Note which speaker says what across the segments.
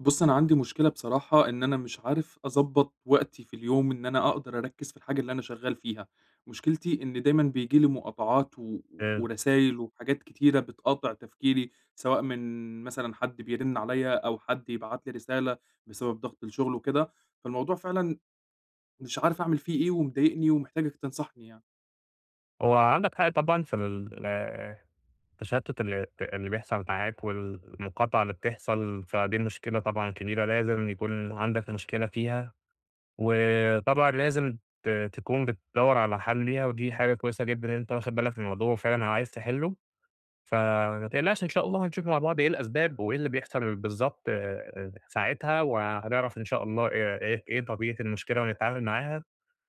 Speaker 1: بُص، أنا عندي مشكلة بصراحة إن أنا مش عارف أضبّط وقتي في اليوم إن أنا أقدر أركّز في الحاجة اللي أنا شغّال فيها. مشكلتي إن دايمًا بييجي لي مقاطعات و
Speaker 2: آآ،
Speaker 1: ورسايل وحاجات كتيرة بتقاطع تفكيري، سواء من مثلًا حد بيرن عليَّ أو حد يبعت لي رسالة بسبب ضغط الشغل وكده. فالموضوع فعلًا مش عارف أعمل فيه إيه ومضايقني ومحتاجك تنصحني يعني.
Speaker 2: هو عندك حق طبعًا في التشتُّت اللي بيحصل معاك والمقاطعة اللي بتحصل، فدي مشكلة طبعًا كبيرة لازم يكون عندك مشكلة فيها، وطبعًا لازم تكون بتدوّر على حل ليها، ودي حاجة كويسة جدًا إن أنت واخد بالك من الموضوع وفعلًا عايز تحلّه. فما تقلقش، إن شاء الله هنشوف مع بعض إيه الأسباب وإيه اللي بيحصل بالضبط ساعتها، وهنعرف إن شاء الله إيه طبيعة المشكلة ونتعامل معاها.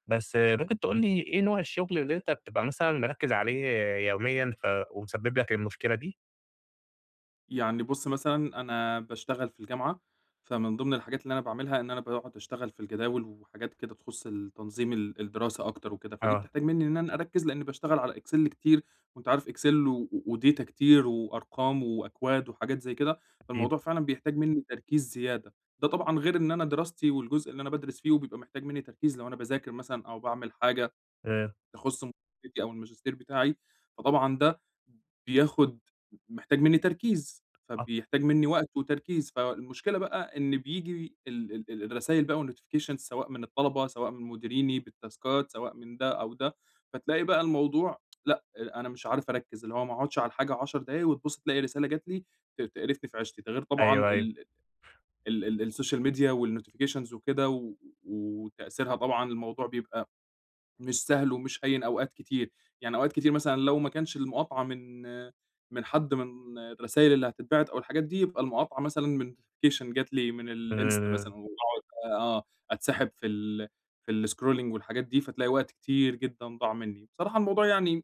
Speaker 2: بس ممكن تقول لي إيه نوع الشغل اللي أنت بتبقى مثلًا مركّز عليه يوميًا ومسبب لك المشكلة دي؟
Speaker 1: يعني بُص، مثلًا أنا باشتغل في الجامعة، فمن ضمن الحاجات اللي أنا باعملها إن أنا باقعد أشتغل في الجداول وحاجات كده تخُص التنظيم، الدراسة أكتر وكده. فدي
Speaker 2: آه.
Speaker 1: بتحتاج منّي إن أنا أركّز لإنّي باشتغل على Excel كتير، وأنت عارف Excel وdata كتير وأرقام وأكواد وحاجات زي كده.
Speaker 2: أكيد.
Speaker 1: فالموضوع فعلًا بيحتاج منّي تركيز زيادة. ده طبعًا غير إن أنا دراستي والجزء اللي أنا بادرس فيه وبيبقى محتاج منّي تركيز لو أنا باذاكر مثلًا أو باعمل حاجة
Speaker 2: آآ،
Speaker 1: تخُص مذاكرتي أو الماجستير بتاعي. فطبعًا ده بياخُد محتاج منّي تركيز،
Speaker 2: آه.
Speaker 1: فبيحتاج منّي وقت وتركيز. فالمشكلة بقى إن بييجي ال ال ال الرسايل بقى والnotifications، سواء من الطلبة، سواء من مديريني بالتاسكات، سواء من ده أو ده. فتلاقي بقى الموضوع، لأ، أنا مش عارف أركّز، اللي هو ما أقعُدش على الحاجة 10 دقايق وتبُص تلاقي رسالة جات لي تقرفني في عيشتي. ده غير طبعًا
Speaker 2: أيوه، أيوه.
Speaker 1: ال ال ال السوشيال ميديا والnotifications وكده وتأثيرها. طبعًا الموضوع بيبقى مش سهل ومش هين أوقات كتير. يعني أوقات كتير مثلًا لو ما كانش المقاطعة من حد من الرسايل اللي هتتبعت أو الحاجات دي، يبقى المقاطعة مثلًا من notification جات لي من الإنستا
Speaker 2: آآ،
Speaker 1: مثلًا، وباقعد آه، أتسحب في الscrolling والحاجات دي. فتلاقي وقت كتير جدًا ضاع مني. بصراحة الموضوع يعني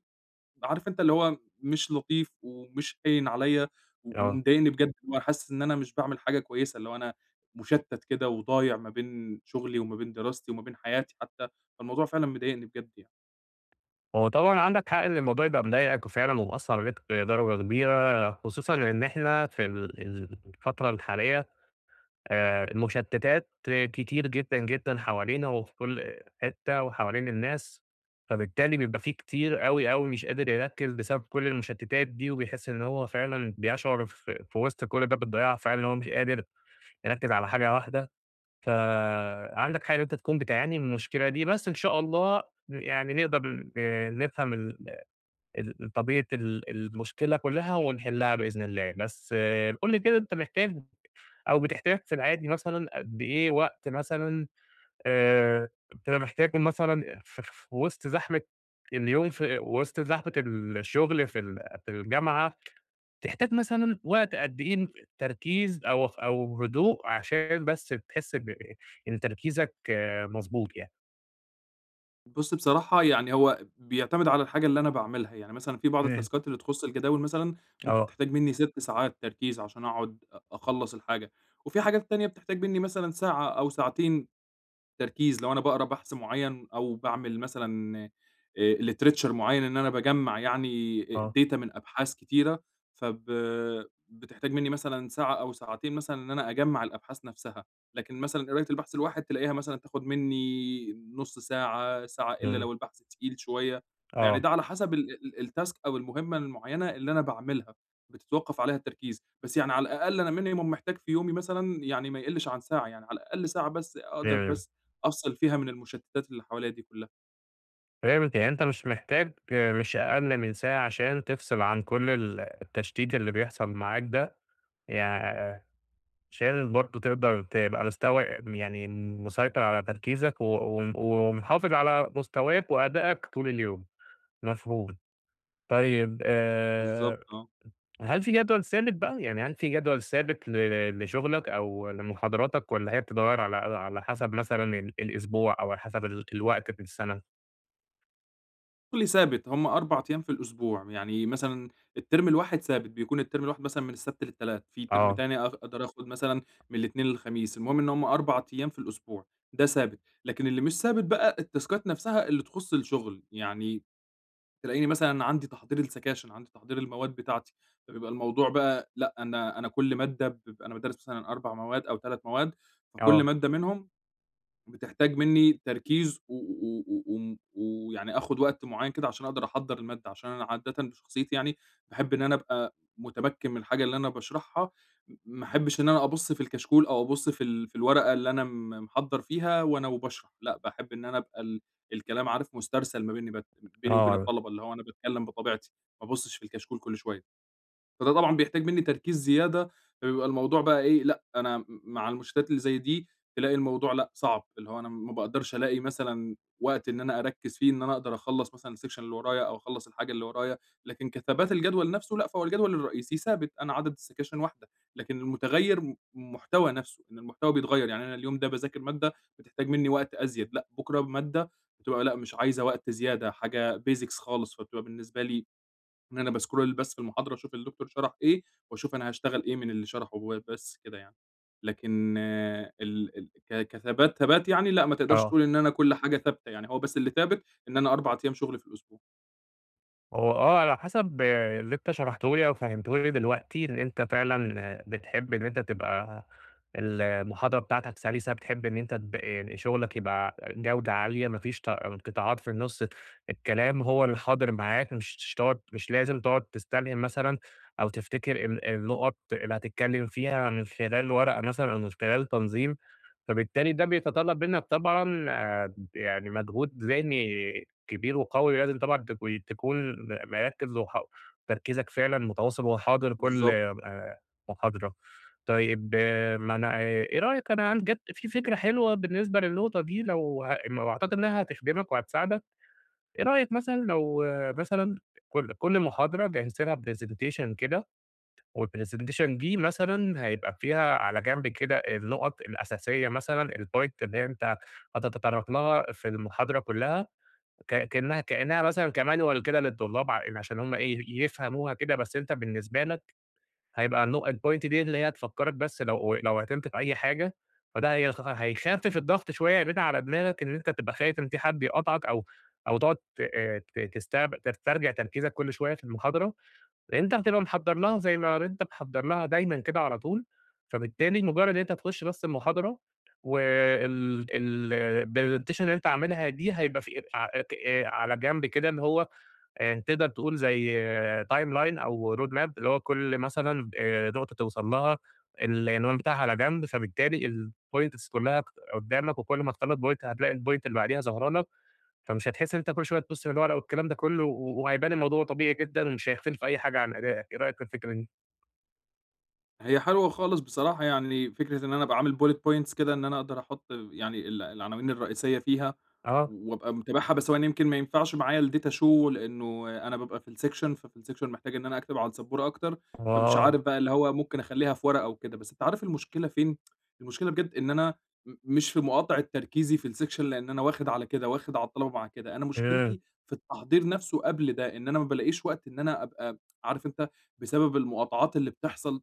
Speaker 1: عارف أنت اللي هو مش لطيف ومش هاين عليّا و
Speaker 2: آه.
Speaker 1: ومضايقني بجد، اللي هو أنا حاسس إن أنا مش باعمل حاجة كويسة، اللي هو أنا مُشتَّت كده وضايع ما بين شغلي وما بين دراستي وما بين حياتي حتى. فالموضوع فعلًا مضايقني بجد يعني.
Speaker 2: هو طبعًا عندك حق إن الموضوع يبقى مضايقك وفعلًا ومأثّر عليك بدرجة كبيرة، خصوصًا إن إحنا في الفترة الحالية المشتتات كتير جدًا، جدًا حوالينا وفي كل حتة وحوالين الناس. فبالتالي بيبقى في كتير أوي، أوي مش قادر يركّز بسبب كل المشتتات دي، وبيحس إن هو فعلًا بيشعر في وسط كل ده بالضياع، فعلًا إن هو مش قادر يركّز على حاجة واحدة. فعندك حق إن أنت تكون بتعاني من المشكلة دي، بس إن شاء الله يعني نقدر نفهم ال ال طبيعة المشكلة كلّها ونحلها بإذن الله. بس قُل لي كده، أنت محتاج أو بتحتاج في العادي مثلًا قد إيه وقت مثلًا، آآ، بتبقى محتاجه مثلًا في وسط زحمة اليوم، في وسط زحمة الشغل في ال في الجامعة، تحتاج مثلًا وقت قد إيه تركيز أو هدوء عشان بس تحس إن تركيزك مضبوط يعني؟
Speaker 1: بُص بصراحة يعني هو بيعتمد على الحاجة اللي أنا باعملها. يعني مثلًا في بعض
Speaker 2: إمم.
Speaker 1: التاسكات اللي تخُص الجداول مثلًا ممكن
Speaker 2: آه.
Speaker 1: تحتاج منّي 6 ساعات تركيز عشان أقعد أخلّص الحاجة. وفي حاجات تانية بتحتاج منّي مثلًا ساعة أو ساعتين تركيز لو أنا باقرا بحث معيّن أو باعمل مثلًا literature معيّن، إن أنا باجمّع يعني
Speaker 2: آه.
Speaker 1: data من أبحاث كتيرة. فب بتحتاج منّي مثلًا ساعة أو ساعتين مثلًا إن أنا أجمّع الأبحاث نفسها. لكن مثلًا قراية البحث الواحد تلاقيها مثلًا تاخد منّي نُص ساعة، ساعة، إلا
Speaker 2: إمم.
Speaker 1: لو البحث تقيل شوية. فيعني
Speaker 2: آه.
Speaker 1: ده على حسب ال ال الtask أو المهمة المعيّنة اللي أنا باعملها، بتتوقّف عليها التركيز. بس يعني على الأقل أنا minimum محتاج في يومي مثلًا يعني ما يقلّش عن ساعة، يعني على الأقل ساعة بس أقدر
Speaker 2: إمم.
Speaker 1: بس أفصِل فيها من المشتتات اللي حواليّا دي كلّها.
Speaker 2: فهمت، يعني أنت مش محتاج، مش أقل من ساعة عشان تفصل عن كل التشتيت اللي بيحصل معاك ده، يع عشان برضه تقدر تبقى مستوى يعني مسيطر على تركيزك و و ومحافظ على مستواك وأدائك طول اليوم. مفهوم. طيب،
Speaker 1: بالضبط آه.
Speaker 2: هل في جدول ثابت بقى؟ يعني هل في جدول ثابت لشغلك أو لمحاضراتك والّا هي بتتغير على حسب مثلًا الأسبوع أو على حسب الوقت في السنة؟
Speaker 1: شغلي ثابت هم 4 أيام في الأسبوع. يعني مثلًا الترم الواحد ثابت، بيكون الترم الواحد مثلًا من السبت للتلات، في ترم
Speaker 2: آه.
Speaker 1: تاني أقدر آخد مثلًا من الإتنين للخميس. المهم إن هم 4 أيام في الأسبوع. ده ثابت، لكن اللي مش ثابت بقى التاسكات نفْسها اللي تخُص الشغل. يعني تلاقيني مثلًا عندي تحضير السكاشن، عندي تحضير المواد بتاعتي. فبيبقى الموضوع بقى، لأ، أنا كل مادة بيبقى أنا بادرّس مثلًا 4 مواد أو 3 مواد، فكل
Speaker 2: آه.
Speaker 1: مادة منهم بتحتاج منّي تركيز ويعني و و و وم ويعني آخُد وقت معيّن كده عشان أقدر أحضّر المادة. عشان أنا عادةً بشخصيتي يعني باحب إن أنا أبقى متمكِّن من الحاجة اللي أنا باشرحها. ما أحبّش إن أنا أبُص في الكشكول أو أبُص في الورقة اللي أنا محضّر فيها وأنا وباشرح. لأ، باحب إن أنا أبقى الكلام عارف مُسترسَل ما بينّي بت بيني وبين
Speaker 2: آه.
Speaker 1: الطلبة، اللي هو أنا باتكلّم بطبيعتي، ما أبُصّش في الكشكول كل شوية. فده طبعًا بيحتاج منّي تركيز زيادة. فبيبقى الموضوع بقى إيه، لأ أنا مع المشتتات اللي زي دي تلاقي الموضوع لأ صعب، اللي هو أنا ما باقدرش ألاقي مثلًا وقت إن أنا أركّز فيه إن أنا أقدر أخلّص مثلًا الsection اللي ورايا أو أخلّص الحاجة اللي ورايا. لكن كثبات الجدول نفسه لأ، فهو الجدول الرئيسي ثابت، أنا عدد السكاشن واحدة. لكن المتغيّر المحتوى نفسه، إن المحتوى بيتغيّر. يعني أنا اليوم ده باذاكر مادة بتحتاج منّي وقت أزيد، لأ بُكرة مادة بتبقى لأ مش عايزة وقت زيادة، حاجة basics خالص. فبتبقى بالنسبة لي إن أنا بscroll بس في المحاضرة أشوف الدكتور شرح إيه، وأشوف أنا هاشتغل إيه من اللي شرحه هو بس كده يعني. لكن ال ال ك كثبات ثبات يعني لأ، ما تقدرش
Speaker 2: آه.
Speaker 1: تقول إن أنا كل حاجة ثابتة. يعني هو بس اللي ثابت إن أنا 4 أيام شغل في الأسبوع.
Speaker 2: هو على حسب اللي أنت شرحته لي أو فهمته لي دلوقتي، إن أنت فعلًا بتحب إن أنت تبقى المحاضرة بتاعتك سلسة، بتحب إن أنت يعني شغلك يبقى جودة عالية، ما فيش انقطاعات في النُص، الكلام هو اللي حاضر معاك، مش لازم تقعد تستلهم مثلًا أو تفتكر النقط اللي هتتكلم فيها من خلال ورقة مثلًا أو من خلال تنظيم. فبالتالي ده بيتطلب منك طبعًا، يعني مجهود ذهني كبير وقوي، لازم طبعًا تكون مركّز تركيزك فعلًا متواصل وحاضر كل
Speaker 1: بالضبط.
Speaker 2: محاضرة. طيب، ما أنا، إيه رأيك؟ أنا عن جات في فكرة حلوة بالنسبة للنقطة دي، لو ه وأعتقد إنها هتخدمك وهتساعدك. إيه رأيك مثلًا لو مثلًا كل محاضرة جهّزت لها presentation كده، والpresentation دي مثلًا هيبقى فيها على جنب كده النقط الأساسية، مثلًا الpoint اللي أنت هتتطرق لها في المحاضرة كلّها. ك كأنها كأنها مثلًا كmanual كده للطلاب، يعني عشان هم إيه، يفهموها كده، بس أنت بالنسبة لك هيبقى الpoint دي اللي هي تفكّرك بس لو عطلت في أي حاجة. فده هيخفف الضغط شوية من على دماغك إن أنت تبقى خايف إن في حد يقاطعك، أو تقعد ت ت تسترجع تسترجع تركيزك كل شوية في المحاضرة. أنت هتبقى محضّر لها زي ما أنت محضّر لها دايمًا كده على طول. فبالتالي مجرّد إن أنت تخُش بس المحاضرة وال ال الpresentation اللي أنت عاملها دي، هيبقى في ع ت على جنب كده اللي هو تقدر تقول زي timeline أو road map، اللي هو كل مثلًا نقطة توصل لها، العنوان بتاعها على جنب. فبالتالي الpoints كُلّها قدّامك، وكل ما تخلّص point هتلاقي الpoint اللي بعديها ظاهرة لك. فمش هتحس إن أنت كل شوية تبُص في الورقة والكلام ده كلّه، و وهيبان الموضوع طبيعي جدًا ومش هيختلف أي حاجة عن أدائك. إيه رأيك في الفكرة دي؟
Speaker 1: هي حلوة خالص بصراحة. يعني فكرة إن أنا أبقى عامل bullet points كده إن أنا أقدر أحُط يعني العناوين الرئيسية فيها،
Speaker 2: آه.
Speaker 1: وأبقى متابعها. بس هو أنا يمكن ما ينفعش معايا الdata show لإنه أنا بابقى في الsection، ففي الsection محتاج إن أنا أكتب على السبورة أكتر. فمش
Speaker 2: آه.
Speaker 1: عارف بقى اللي هو ممكن أخلّيها في ورقة وكده. بس أنت عارف المشكلة فين؟ المشكلة بجد إن أنا مش في مقاطعة تركيزي في الsection، لإن أنا واخد على كده، واخد على الطلبة مع كده. أنا
Speaker 2: إمم.
Speaker 1: مشكلتي في التحضير نفسه قبل ده، إن أنا ما بالاقيش وقت إن أنا أبقى عارف أنت بسبب المقاطعات اللي بتحصل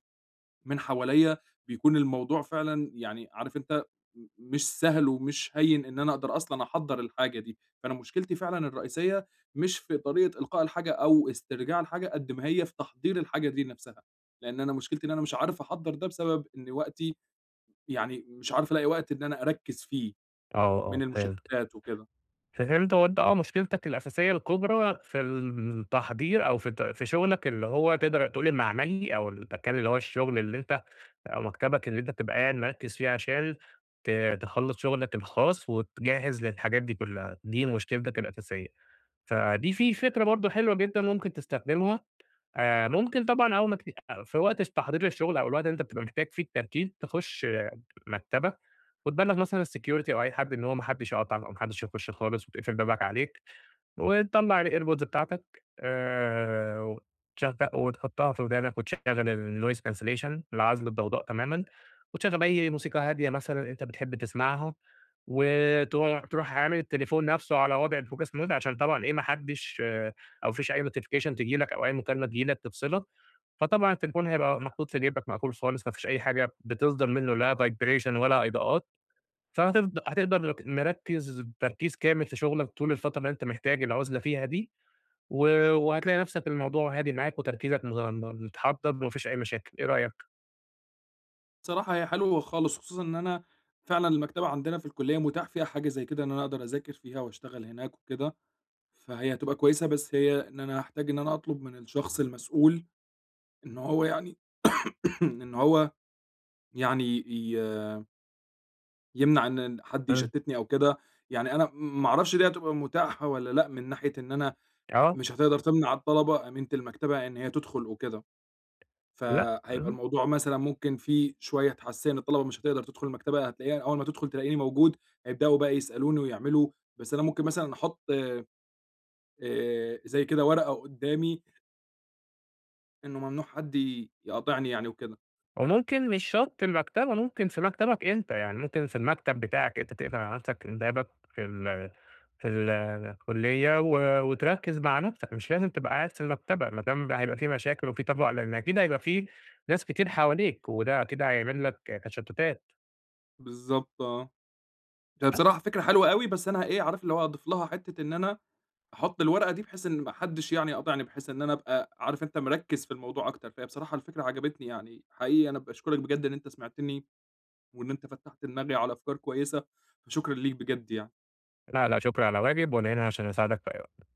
Speaker 1: من حواليّا. بيكون الموضوع فعلًا يعني عارف أنت مش سهل ومش هيّن إن أنا أقدر أصلًا أحضّر الحاجة دي. فأنا مشكلتي فعلًا الرئيسية مش في طريقة إلقاء الحاجة أو استرجاع الحاجة قد ما هي في تحضير الحاجة دي نَفْسها، لإن أنا مشكلتي إن أنا مش عارف أحضّر ده بسبب إن وقتي يعني مش عارف ألاقي وقت إن أنا أركّز فيه
Speaker 2: آه.
Speaker 1: من
Speaker 2: آه. فهمت.
Speaker 1: المشتتات وكده.
Speaker 2: فهمت، هو أنت مشكلتك الأساسية الكبرى في التحضير أو في في شغلك، اللي هو تقدر تقول المعملي أو المكان اللي هو الشغل اللي أنت أو مكتبك اللي أنت بتبقى قاعد مركّز فيه عشان ت تخلّص شغلك الخاص وتجهّز للحاجات دي كلّها، دي مشكلتك الأساسية. فدي في فكرة برضه حلوة جدًا ممكن تستخدمها. ممكن طبعًا أول ما في وقت تحضير الشغل أو الوقت اللي أنت بتبقى محتاج فيه التركيز، تخُش مكتبة وتبلّغ مثلًا الsecurity أو أي حد إن هو ما حدّش يقاطعك أو ما حدّش يخُش خالص، وتقفل بابك عليك وتطلّع الairpods بتاعتك، وتحطها في ودانك، وتشغّل الnoise cancellation، العزل الضوضاء تمامًا، وتشغّل أي موسيقى هادية مثلًا أنت بتحب تسمعها، وتروح عامل التليفون نَفْسه على وضع الfocus mode عشان طبعًا إيه ما حدّش آه، أو ما فيش أي notification تيجي لك أو أي مكالمة تيجي لك تفصلك. فطبعًا التليفون هيبقى محطوط في جيبك مقفول خالص، ما فيش أي حاجة بتصدر منّه لا vibration ولا إضاءات. هتقدر مركّز تركيز كامل في شغلك طول الفترة اللي أنت محتاج العُزلة فيها دي، و وهتلاقي نَفْسك الموضوع هادي معاك وتركيزك متحضّر وما فيش أي مشاكل. إيه رأيك؟
Speaker 1: بصراحة هي حلوة خالص، خصوصًا إن أنا فعلًا المكتبة عندنا في الكلية متاح فيها حاجة زي كده إن أنا أقدر أذاكر فيها وأشتغل هناك وكده. فهي هتبقى كويسة. بس هي إن أنا هاحتاج إن أنا أطلب من الشخص المسؤول إن هو يعني إن هو يعني يمنع إن حد
Speaker 2: إمم.
Speaker 1: يشتتني أو كده. يعني أنا ما أعرفش دي هتبقى متاحة والّا لأ، من ناحية إن أنا
Speaker 2: آه.
Speaker 1: مش هتقدر تمنع الطلبة أمينة المكتبة إن هي تدخل وكده.
Speaker 2: لأ.
Speaker 1: فهيبقى
Speaker 2: إمم.
Speaker 1: الموضوع مثلًا ممكن فيه شوية حساسية، الطلبة مش هتقدر تدخل المكتبة، هتلاقيها أول ما تدخل تلاقيني موجود، هيبدأوا بقى يسألوني ويعملوا. بس أنا ممكن مثلًا أحط زي كده ورقة قدامي إنه ممنوع حد يقاطعني يعني وكده.
Speaker 2: وممكن مش شرط المكتبة، ممكن في مكتبك أنت، يعني ممكن في المكتب بتاعك أنت تقفل على نَفْسك بابك في ال الكُلّية و وتركّز مع نَفْسك، مش لازم تبقى قاعد في المكتبة، ما دام هيبقى في مشاكل وفي طبع لإن أكيد هيبقى في ناس كتير حواليك، وده أكيد هيعمل لك تشتُّتات.
Speaker 1: بالضبط آه. هي
Speaker 2: أ
Speaker 1: بصراحة فكرة حلوة أوي، بس أنا إيه، عارف اللي هو أضيف لها حتّة إن أنا أحُط الورقة دي بحيث إن ما حدّش يعني يقاطعني، بحيث إن أنا أبقى عارف أنت مركِّز في الموضوع أكتر، فهي بصراحة الفكرة عجبتني يعني. حقيقي أنا باشكرك بجد إن أنت سمعتني وإن أنت فتّحت دماغي على أفكار كويسة، فشكرًا ليك بجد يعني.
Speaker 2: لا، لا شكرًا على واجب، وأنا هنا عشان أساعدك في أي وقت.